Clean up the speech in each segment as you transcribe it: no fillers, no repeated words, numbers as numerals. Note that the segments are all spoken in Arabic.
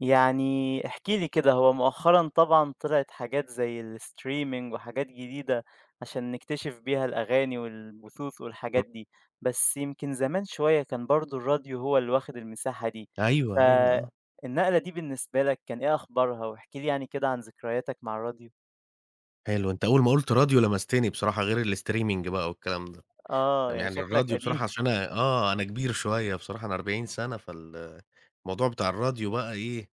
يعني احكِ لي كده، هو مؤخرًا طبعًا طلعت حاجات زي الstreaming وحاجات جديدة عشان نكتشف بيها الأغاني والبثوث والحاجات إمم. دي، بس يمكن زمان شوية كان برضه الراديو هو اللي واخد المساحة دي، أيوه، أيوه آه. فالنقلة دي بالنسبة لك كان إيه أخبارها؟ واحكِ لي يعني كده عن ذكرياتك مع الراديو. حلو، أنت أول ما قُلت راديو لمستني بصراحة غير الstreaming بقى والكلام ده. آه، تم يعني يعني شكلك الراديو بصراحة قديم، عشان أنا أنا كبير شوية بصراحة، أنا 40 سَنة، فالموضوع بتاع الراديو بقى إيه،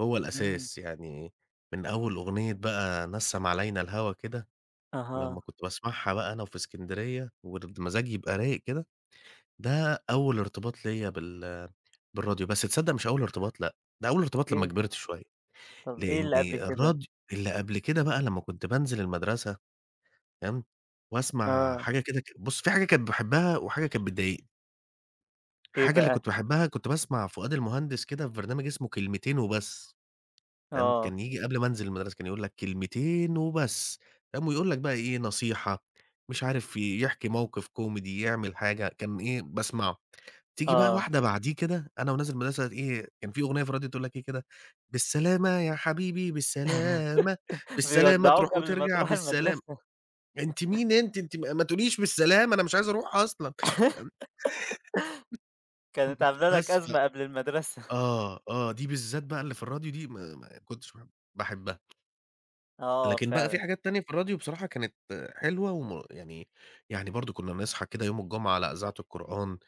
هو إمم، الأساس. من أول أغنية بقى نَسَّم علينا الهوا كده، ولمّا أها، كنت باسمعها بقى أنا وفي إسكندرية والمزاج يبقى رايق كده، ده أول ارتباط ليّا بالراديو. بس تصدّق مش أول ارتباط لأ، ده أول ارتباط لمّا إيه، كبرت شوية. طَب إيه لإن اللي قبل كده؟ الراديو اللي قبل كده بقى لمّا كنت بانزل المدرسة تمام، وأسمع آه، حاجة كده بُص في حاجة كانت باحبها وحاجة كانت بتضايقني، إيه الحاجة اللي بقى؟ كنت باحبها كنت باسمع فؤاد المهندس كده في برنامج اسمه كلمتين وبس. تمام، آه، كان ييجي قبل ما أنزل المدرسة كان يقول لك كلمتين وبس. تمام، ويقول لك بقى إيه نصيحة، مش عارف يحكي موقف كوميدي، يعمل حاجة، كان إيه باسمعه. تيجي بقى آه، واحدة بعديه كده، أنا ونازل المدرسة إيه، كان في أغنية في الراديو تقول لك إيه كده، بالسلامة يا حبيبي بالسلامة، بالسلامة تروح بيودّعوك قبل ما وترجع تروح بالسلام، المدرسة. أنتِ مين أنتِ؟ أنتِ ما تقوليش بالسلامة، أنا مش عايز أروح أصلًا. كانت عاملة لك بس ف أزمة قبل المدرسة. دي بالذات بقى اللي في الراديو دي ما كنتش ب باحبها، آه لكن بقى في فعلًا. حاجات تانية في الراديو بصراحة كانت حلوة وم يعني يعني برضه كنا نصحى كده يوم الجمعة على إذاعة القرآن،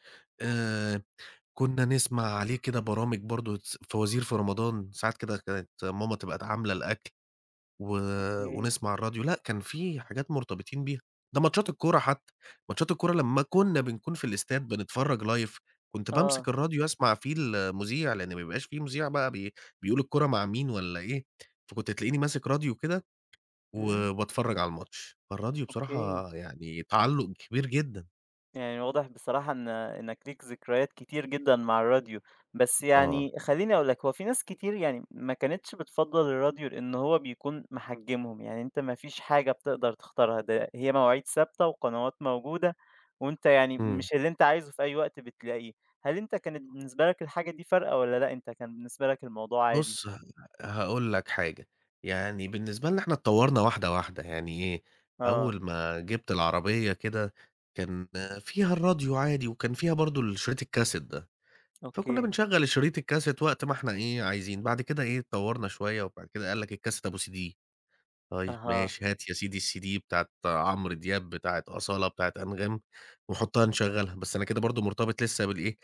آآ كنا نسمع عليه كده برامج برضه فوازير في رمضان، ساعات كده كانت ماما تبقى عاملة الأكل و إمم. ونسمع على الراديو، لأ كان في حاجات مرتبطين بيها، ده ماتشات الكورة حتى، ماتشات الكورة لمّا كنا بنكون في الاستاد بنتفرّج live كنت بامسك آه. الراديو أسمع فيه المذيع، لإن ما بيبقاش في مذيع بقى بيقول الكورة مع مين والّا إيه، فكنت تلاقيني ماسك راديو كده إمم، و وباتفرّج على الماتش، فالراديو أوكي. بصراحة يعني تعلُّق كبير جدًا. يعني واضح بصراحة إنّك ليك ذكريات كتير جدًا مع الراديو. بس آه، يعني خلّيني أقول لك، هو في ناس كتير يعني ما كانتش بتفضّل الراديو لإن هو بيكون محجّمهم، يعني أنت ما فيش حاجة بتقدر تختارها، ده هي مواعيد ثابتة وقنوات موجودة وأنت يعني إمم. مش اللي أنت عايزه في أي وقت بتلاقيه. هل أنت كانت بالنسبة لك الحاجة دي فارقة والّا لأ، أنت كان بالنسبة لك الموضوع عادي؟ بُص، هاقول لك حاجة، يعني بالنسبة لنا إحنا اتطوّرنا واحدة، واحدة، يعني إيه، آه، أول ما جِبت العربية كده كان فيها الراديو عادي وكان فيها برضه الشريط الكاسيت ده، فكُنّا أوكي. بنشغّل الشريط الكاسيت وقت ما إحنا إيه، عايزين، بعد كده إيه، اتطوّرنا شوية وبعد كده قال لك الكاسيت أبو CD. طيب أها، ماشي، هات يا سيدي الCD بتاعة عمرو دياب، بتاعة أصالة، بتاعة أنغام، وحُطّها نشغّلها، بس أنا كده برضه مرتبط لسه بالإيه،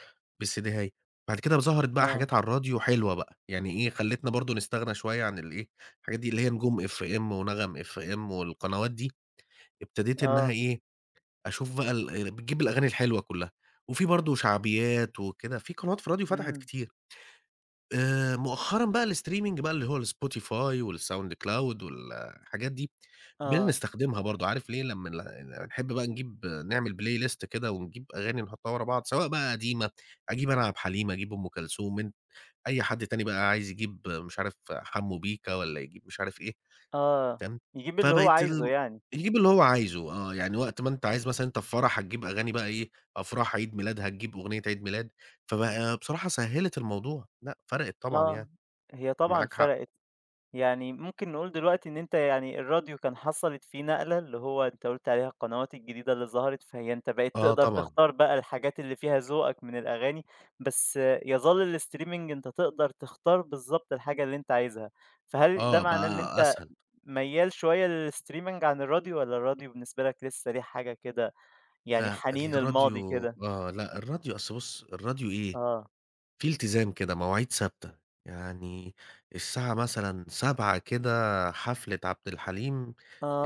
بالCD هايل. بعد كده ظهرت بقى آه. حاجات على الراديو حلوة بقى، يعني إيه، خلّتنا برضه نستغنى شوية عن الإيه، الحاجات دي اللي هي نجوم FM ونغم FM والقنوات دي، ابتديت إنها آه، إيه، أشوف بقى بتجيب الأغاني الحلوة كُلّها، وفي برضه شعبيات وكده، في قنوات في الراديو فتحت إمم، كتير. مؤخرًا بقى الstreaming بقى اللي هو الSpotify والSoundCloud والحاجات دي، بقينا آه، نستخدمها برضه، عارف ليه؟ لمّا نحب بقى نجيب نعمل play list كده ونجيب أغاني نحطها ورا بعض، سواء بقى قديمة، أجيب أنا عبد الحليم، أجيب أم كلثوم، أي حد تاني بقى عايز يجيب مش عارف حمو بيكا والّا يجيب مش عارف إيه، آه، فاهم؟ يجيب اللي هو فبقيت عايزه ال يعني، يجيب اللي هو عايزه آه، يعني وقت ما أنت عايز مثلًا أنت في فرح هتجيب أغاني بقى إيه، أفراح عيد ميلاد هتجيب أغنية عيد ميلاد، فبقى بصراحة سهّلت الموضوع، لأ فرقت طبعًا آه، يعني. هي طبعًا معاك حق. فرقت، يعني ممكن نقول دلوقتي إن أنت يعني الراديو كان حصلت فيه نقلة، اللي هو أنت قُلت عليها القنوات الجديدة اللي ظهرت، فهي أنت بقيت آه تقدر طبعًا، تختار بقى الحاجات اللي فيها ذوقك من الأغاني، بس يظل الstreaming أنت تقدر تختار بالضبط الحاجة اللي أنت عايزها، فهل ده آه معناه إن بقى أنت أسهل. ميّال شوية للstreaming عن الراديو والّا الراديو بالنسبة لك لسه ليه حاجة كده يعني لأ حنين الماضي الراديو كده؟ لأ الراديو أصل بُص، الراديو إيه، آه، في التزام كده، مواعيد ثابتة، يعني الساعة مثلًا 19:00 كده حفلة عبد الحليم،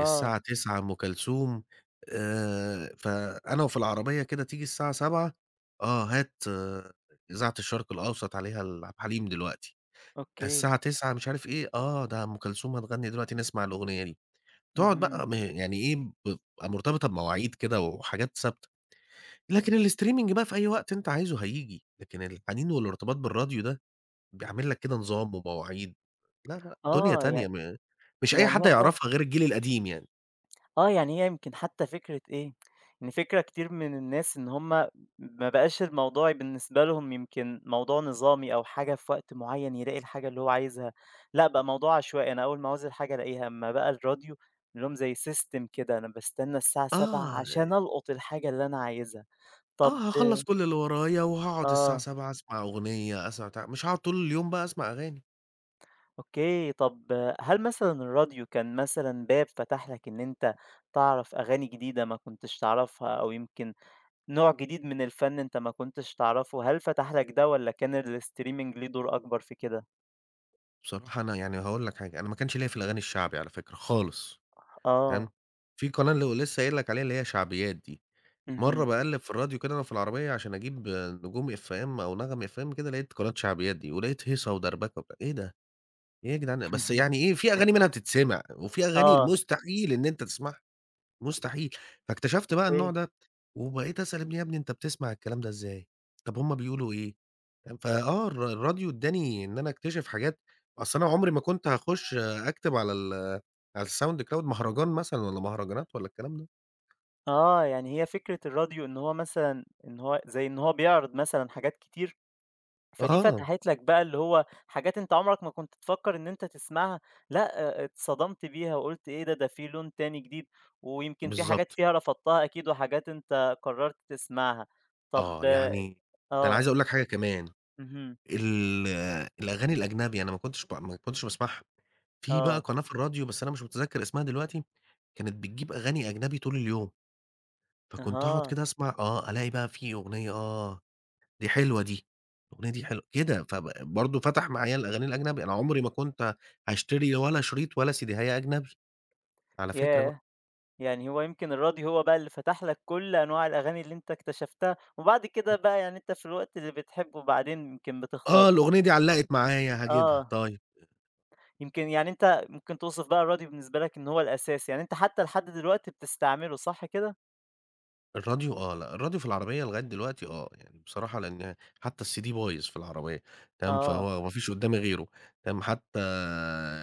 الساعة 21:00 أم كلثوم، فأنا وفي العربية كده تيجي الساعة 19:00 آه هات آه، إذاعة الشرق الأوسط عليها عبد الحليم دلوقتي، أوكي، الساعة 21:00 مش عارف إيه، آه ده أم كلثوم هتغني دلوقتي نسمع الأغنية دي. تقعد اهم. بقى م يعني إيه، بتبقى مرتبطة بمواعيد كده وحاجات ثابتة، لكن الstreaming بقى في أي وقت أنت عايزه هييجي، لكن الحنين والارتباط بالراديو ده بيعمل لك كده نظام ومواعيد، لا، لا، دنيا آه، تانية يعني مش أي يعني حد هي فعلًا هيعرفها غير الجيل القديم يعني. آه، يعني هي يمكن حتى فكرة إيه، إن فكرة كتير من الناس إن هم ما بقاش الموضوع بالنسبة لهم يمكن موضوع نظامي أو حاجة في وقت معيّن يلاقي الحاجة اللي هو عايزها، لأ بقى موضوع عشوائي، أنا أول ما عاوز الحاجة ألاقيها، أمّا بقى الراديو لهم زي system كده، أنا باستنى الساعة 19:00 آه، عشان ألقط الحاجة اللي أنا عايزها. طب هاخلّص كل اللي ورايا وهاقعد الساعة آه. 19:00 أسمع أغنية، أسمع بتاع، مش هاقعد طول اليوم بقى أسمع أغاني. أوكي، طَب هل مثلًا الراديو كان مثلًا باب فتح لك إن أنت تعرف أغاني جديدة ما كنتش تعرفها أو يمكن نوع جديد من الفن أنت ما كنتش تعرفه، هل فتح لك ده والّا كان الstreaming ليه دور أكبر في كده؟ بصراحة أنا يعني هاقول لك حاجة، أنا ما كانش ليّا في الأغاني الشعبي على فكرة خالص. تمام، آه، في قناة اللي هو لسه قايل لك عليها اللي هي شعبيات دي، مرّة اهم. باقلّب في الراديو كده أنا في العربية عشان أجيب نجوم FM أو نغم FM كده لقيت قناة شعبيات دي، ولقيت هيصة ودربكة وبتاع، إيه ده! إيه يا جدعان بس يعني إيه في أغاني منها بتتسمع، وفي أغاني آه، مستحيل إن أنت تسمعها مستحيل، فاكتشفت بقى النوع أوكي. ده، وبقيت أسأل ابني: "يا ابني أنت بتسمع الكلام ده إزاي؟ طب هُم بيقولوا إيه؟" فآه الراديو ادّاني إن أنا أكتشف حاجات، أصل أنا عمري ما كنت هاخش أكتب على الSound Cloud مهرجان مثلًا والّا مهرجانات والّا الكلام ده. آه، يعني هي فكرة الراديو إن هو مثلًا إن هو زي إن هو بيعرض مثلًا حاجات كتير؟ فدي آه، فتحت لك بقى اللي هو حاجات أنت عمرك ما كنت تفكّر إن أنت تسمعها، لأ اتصدمت بيها وقُلت إيه ده، ده في لون تاني جديد، ويمكن في حاجات بالضبط، فيها رفضتها أكيد وحاجات أنت قررت تسمعها. طب آه، يعني ده أنا عايز آه، أقول لك حاجة كمان، اهم، ال الأغاني الأجنبي أنا ما كنتش باسمعها، في بقى آه، قناة في الراديو بس أنا مش متذكر اسمها دلوقتي، كانت بتجيب أغاني أجنبي طول اليوم. فكنت أقعد أها، كده أسمع آه، ألاقي بقى في أغنية آه، دي حلوة دي، الأغنية دي حلوة، كده برضه فتح معايا الأغاني الأجنبي، أنا عمري ما كنت هاشتري ولا شريط ولا سيديهاية أجنبي، على فكرة بقى. ياه! يعني هو يمكن الراديو هو بقى اللي فتح لك كل أنواع الأغاني اللي أنت اكتشفتها، وبعد كده بقى يعني أنت في الوقت اللي بتحبه بعدين يمكن بتختار. آه، الأغنية دي علّقت معايا هاجيبها، آه. طيب. يمكن يعني أنت ممكن توصف بقى الراديو بالنسبة لك إن هو الأساس، يعني أنت حتى لحد دلوقتي بتستعمله صح كده؟ الراديو آه، لأ الراديو في العربية لغاية دلوقتي آه، يعني بصراحة لإن حتى الCD بايظ في العربية، تمام، آه، فهو ما فيش قدّامي غيره، تمام، حتى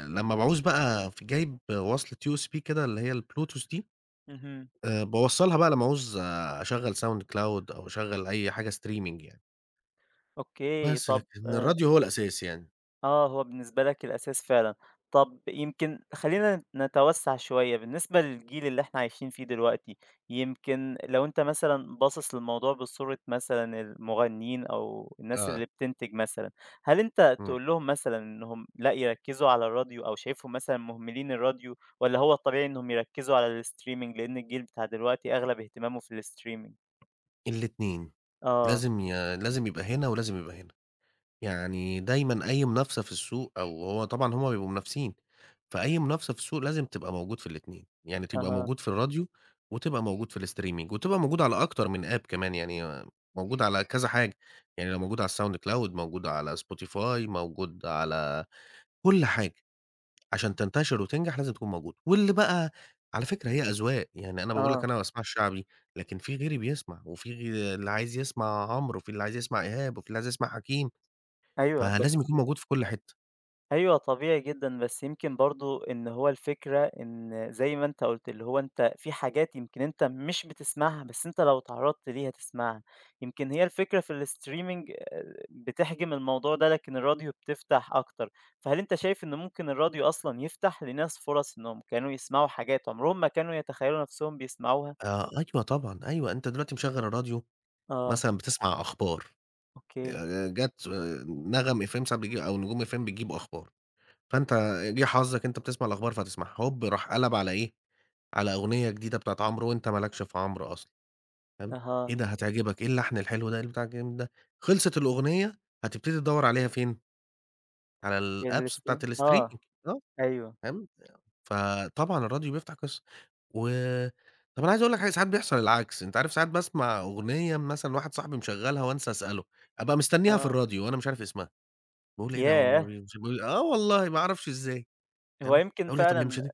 لمّا باعوز بقى جايب وصلة USB كده اللي هي البلوتوث دي، اهم، باوصّلها بقى لمّا عاوز أشغّل sound cloud أو أشغّل أي حاجة streaming يعني، أوكي، بس طب لكن آه، الراديو هو الأساس يعني، آه، هو بالنسبة لك الأساس فعلًا. طَب يمكن خلّينا نتوسّع شوية، بالنسبة للجيل اللي إحنا عايشين فيه دلوقتي، يمكن لو أنت مثلًا باصص للموضوع بصورة مثلًا المغنيين أو الناس آه، اللي بتنتج مثلًا، هل أنت إمم، تقول لهم مثلًا إنهم لأ يركّزوا على الراديو أو شايفهم مثلًا مهملين الراديو والّا هو الطبيعي إنهم يركّزوا على الstreaming لإن الجيل بتاع دلوقتي أغلب اهتمامه في الstreaming؟ الاتنين، آه، لازم يبقى هنا ولازم يبقى هنا، يعني دايمًا أي منافسة في السوق أو هو طبعًا هُم بيبقوا منافسين، فأي منافسة في السوق لازم تبقى موجود في الاتنين، يعني تبقى أها، موجود في الراديو وتبقى موجود في الstreaming وتبقى موجود على أكتر من app كمان يعني موجود على كذا حاجة، يعني لو موجود على الsound cloud موجود على spotify موجود على كل حاجة. عشان تنتشر وتنجح لازم تكون موجودة، واللي بقى على فكرة هي أذواق، يعني أنا باقول لك آه، أنا ما باسمعش شعبي، لكن في غيري بيسمع، وفي غي اللي عايز يسمع عمرو، وفي اللي عايز يسمع إيهاب، وفي اللي عايز يسمع حكيم، أيوه، فلازم بس يكون موجود في كل حتة. أيوه طبيعي جدًا، بس يمكن برضه إن هو الفكرة إن زي ما أنت قُلت، اللي هو أنت في حاجات يمكن أنت مش بتسمعها، بس أنت لو اتعرّضت ليها تسمعها. يمكن هي الفكرة في الstreaming بتحجم الموضوع ده، لكن الراديو بتفتح أكتر. فهل أنت شايف إن ممكن الراديو أصلًا يفتح لناس فرص إنهم كانوا يسمعوا حاجات عمرهم ما كانوا يتخيلوا نفسهم بيسمعوها؟ آه، أيوه طبعًا، أيوه أنت دلوقتي مشغّل الراديو آه، مثلًا بتسمع أخبار، أوكي، جات نغم FM ساعات بتجيب أو نجوم FM بتجيب أخبار، فأنت جِه حظك أنت بتسمع الأخبار فتسمعها، هوب راح قلب على إيه، على أغنية جديدة بتاعة عمرو وأنت ما لكش في عمرو أصلًا. تمام، أها، إيه ده هتعجبك، إيه اللحن الحلو ده، إيه البتاع الجامد ده، خلصت الأغنية هتبتدي تدوّر عليها فين، على الapps بتاعة آه، الstreaming آه، أيوه، فاهم، فطبعًا الراديو بيفتح قصة، و طب أنا عايز أقول لك حاجة، ساعات بيحصل العكس، أنت عارف ساعات باسمع أغنية مثلًا واحد صاحبي مشغّلها وأنسى أسأله، أبقى مستنيها في آه، الراديو وأنا مش عارف اسمها، باقول إيه ده هو م ياه! آه والله ما أعرفش إزاي، هو تمام، يمكن أقول إيه طب هي مش فعلًا هت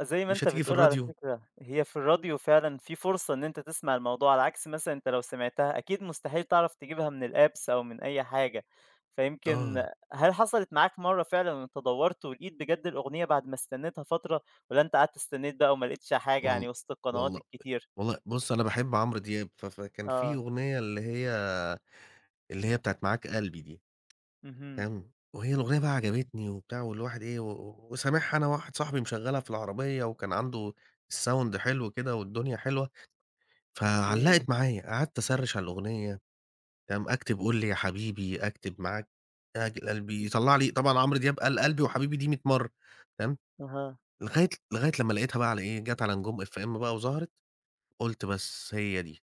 زي ما مش أنت هتيجي في بتقول على الراديو، فكرة، هي في الراديو فعلًا في فرصة إن أنت تسمع الموضوع، على عكس مثلًا أنت لو سمعتها أكيد مستحيل تعرف تجيبها من الapps أو من أي حاجة، فيمكن آه هل حصلت معاك مرّة فعلًا إن أنت دَوّرت ولقيت بجد الأغنية بعد ما استنيتها فترة، والّا أنت قعدت استنيت بقى وما لقيتش حاجة وال يعني وسط القنوات والله الكتير؟ والله بُص أنا باحب عمرو دياب، فكان في آه، أغنية اللي هي بتاعة معاك قلبي دي، اهم، فاهم، وهي الأغنية بقى عجبتني وبتاع والواحد إيه، و و وسامعها أنا وواحد صاحبي مشغّلها في العربية وكان عنده الsound حلو كده والدنيا حلوة، أوكي، فعلّقت معايا، قعدت أسرِّش على الأغنية، فاهم، أكتب قُل لي يا حبيبي، أكتب معاك أجل قلبي، يطلّع لي طبعًا عمرو دياب قال قلبي وحبيبي دي 100 مرّة، فاهم، أها، لغاية لمّا لقيتها بقى على إيه، جات على نجوم FM بقى وظهرت، قُلت بس هي دي.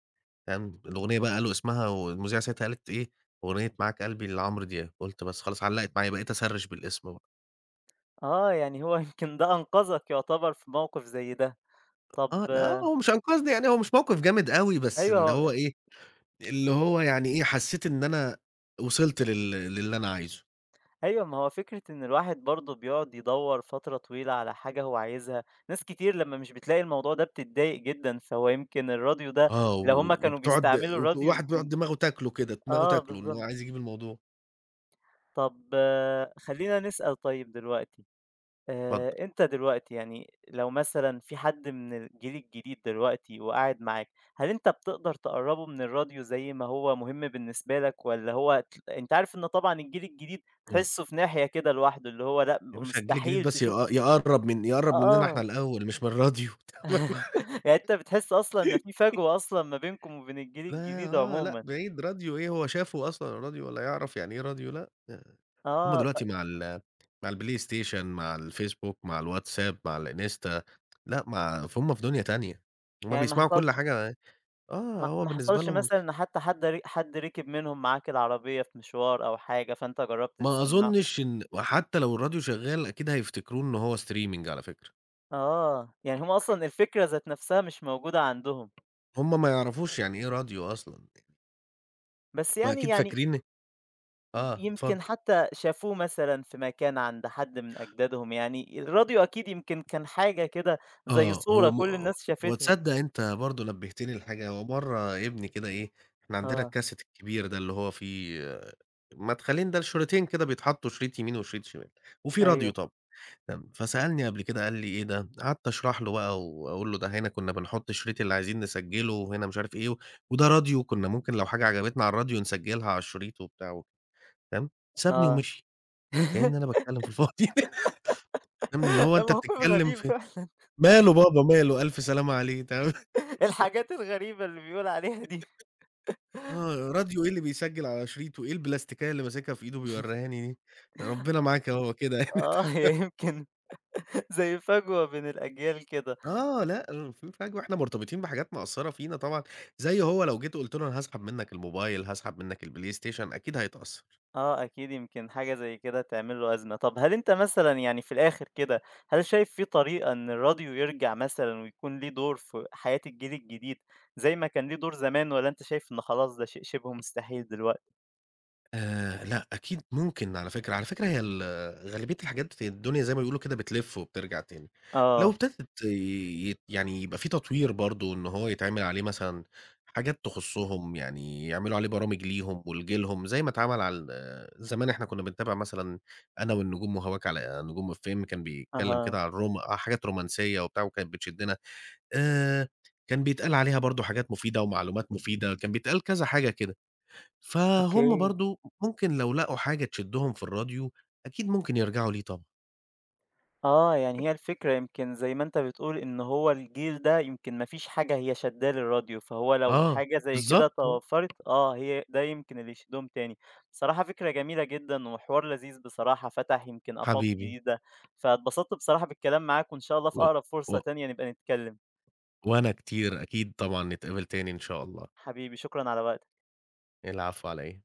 فاهم، الأغنية بقى قالوا اسمها والمذيعة ساعتها قالت إيه، أغنية "معاك قلبي" لعمرو دياب، قُلت بس خلاص علّقت معايا، بقيت أسرِّش بالاسم بقى. آه، يعني هو يمكن ده أنقذك يعتبر في موقف زي ده. طب آه، لأ آه، هو مش أنقذني يعني، هو مش موقف جامد أوي، بس أيوه اللي هو هو إيه، اللي هو يعني إيه، حسّيت إن أنا وصلت للي أنا عايزه. أيوه، ما هو فكرة إن الواحد برضه بيقعد يدوّر فترة طويلة على حاجة هو عايزها، ناس كتير لمّا مش بتلاقي الموضوع ده بتتضايق جدًا، فهو يمكن الراديو ده آه، و لو هُم و كانوا وبتقعد بيستعملوا الراديو الواحد بيقعد يمكن دماغه تاكله كده، دماغه آه تاكله إن هو بالضبط. عايز يجيب الموضوع. طب آه، خلّينا نسأل طيب دلوقتي، اتفضّل. أنت دلوقتي يعني لو مثلًا في حد من الجيل الجديد دلوقتي وقاعد معاك، هل أنت بتقدر تقرّبه من الراديو زي ما هو مهم بالنسبة لك والّا هو أنت عارف إن طبعًا الجيل الجديد إمم. تحسّه في ناحية كده لوحده، اللي هو لأ، يا باشا الجيل الجديد مستحيل بس يقرّب يقرّب مننا إحنا آه، الأول مش من الراديو. يعني أنت بتحس أصلًا إن في فجوة أصلًا ما بينكم وبين الجيل لا الجديد آه، لأ عمومًا، بعيد راديو إيه هو شافه أصلًا الراديو والّا يعرف يعني إيه راديو لأ، هُم آه، دلوقتي مع البلاي ستيشن مع الفيسبوك مع الواتساب مع الإنستا لأ مع فهُم في دنيا تانية، هُم يعني ما بيسمعوا كل حصلش حاجة آه، ما هو ما بالنسبة حصلش لهم مثلًا إن حتى حد ر حد ركب منهم معاك العربية في مشوار أو حاجة، فأنت جرّبت ما تسمّعه أظنش إن وحتى لو الراديو شغال أكيد هيفتكروه إن هو streaming على فكرة، آه، يعني هم أصلًا الفكرة ذات نفسها مش موجودة عندهم، هُم ما يعرفوش يعني إيه راديو أصلًا، بس هُم يعني أكيد يعني فاكرين آه، يمكن اتفضل. حتى شافوه مثلًا في مكان عند حد من أجدادهم، يعني الراديو أكيد يمكن كان حاجة كده زي آه، هو صورة م كل آه، الناس هو شافتها. تصدّق أنت برضه نبّهتني لحاجة، هو مرّة ابني كده إيه، إحنا عندنا آه، الكاسيت الكبير ده اللي هو فيه آه، مدخلين ده لشريطين كده بيتحطّوا شريط يمين وشريط شمال، وفيه راديو أيوه، طبعًا، تمام، فسألني قبل كده قال لي: "إيه ده؟" قعدت أشرح له بقى وأقول له: "ده هنا كُنّا بنحُط الشريط اللي عايزين نسجّله وهنا مش عارف إيه، و- وده راديو كُنّا ممكن لو حاجة عجبتنا على الراديو نسجّلها على الشريط،" وبتاع تمام، سابني آه. ومشي، كإن أنا باتكلّم في الفاضي، فاهم، اللي هو ده أنت موقف بتتكلّم غريب في فعلًا، "ماله بابا ماله، ألف سلامة عليه." تمام. الحاجات الغريبة اللي بيقول عليها دي. آه، راديو إيه اللي بيسجّل على شريطه، إيه البلاستيكاية اللي ماسكها في إيده بيورّيهاني دي، ربنا معاك أهو كده يعني. آه، هي يمكن زي فجوة بين الأجيال كده. آه، لأ في فجوة إحنا مرتبطين بحاجات مأثّرة فينا طبعًا، زي هو لو جيت قُلت له أنا هاسحب منّك الموبايل، هاسحب منّك البلاي ستيشن أكيد هيتأثّر. آه، أكيد يمكن حاجة زي كده تعمل له أزمة. طب هل أنت مثلًا يعني في الآخر كده، هل شايف في طريقة إن الراديو يرجع مثلًا ويكون ليه دور في حياة الجيل الجديد زي ما كان ليه دور زمان والّا أنت شايف إن خلاص ده شيء شبه مستحيل دلوقتي؟ لأ، أكيد ممكن على فكرة، على فكرة هي ال غالبية الحاجات في الدنيا زي ما بيقولوا كده بتلِف وبترجع تاني، لو آه، ابتدت يعني يبقى في تطوير برضه إن هو يتعمل عليه مثلًا حاجات تخصّهم، يعني يعملوا عليه برامج ليهم ولجيلهم زي ما اتعمل على ال زمان إحنا كنا بنتابع مثلًا أنا والنجوم وهواك على نجوم FM كان بيتكلم أها، كده عن آه، حاجات رومانسية وبتاع وكانت بتشدنا، آآ كان بيتقال عليها برضه حاجات مفيدة ومعلومات مفيدة، كان بيتقال كذا حاجة كده. فهُم أوكي. برضه ممكن لو لقوا حاجة تشدّهم في الراديو، أكيد ممكن يرجعوا ليه طبعًا. آه، يعني هي الفكرة يمكن زي ما أنت بتقول إن هو الجيل ده يمكن ما فيش حاجة هي شادّاه للراديو، فهو لو آه، حاجة زي كده بالضبط، توفّرت آه، هي ده يمكن اللي يشدّهم تاني. بصراحة فكرة جميلة جدًا وحوار لذيذ بصراحة، فتح يمكن آفاق حبيبي جديدة، فاتبسطت بصراحة بالكلام معاك وإن شاء الله و في أقرب فرصة و تانية نبقى نتكلّم. وأنا كتير، أكيد طبعًا نتقابل تاني إن شاء الله. حبيبي شكرًا على وقتك. العفو على إيه.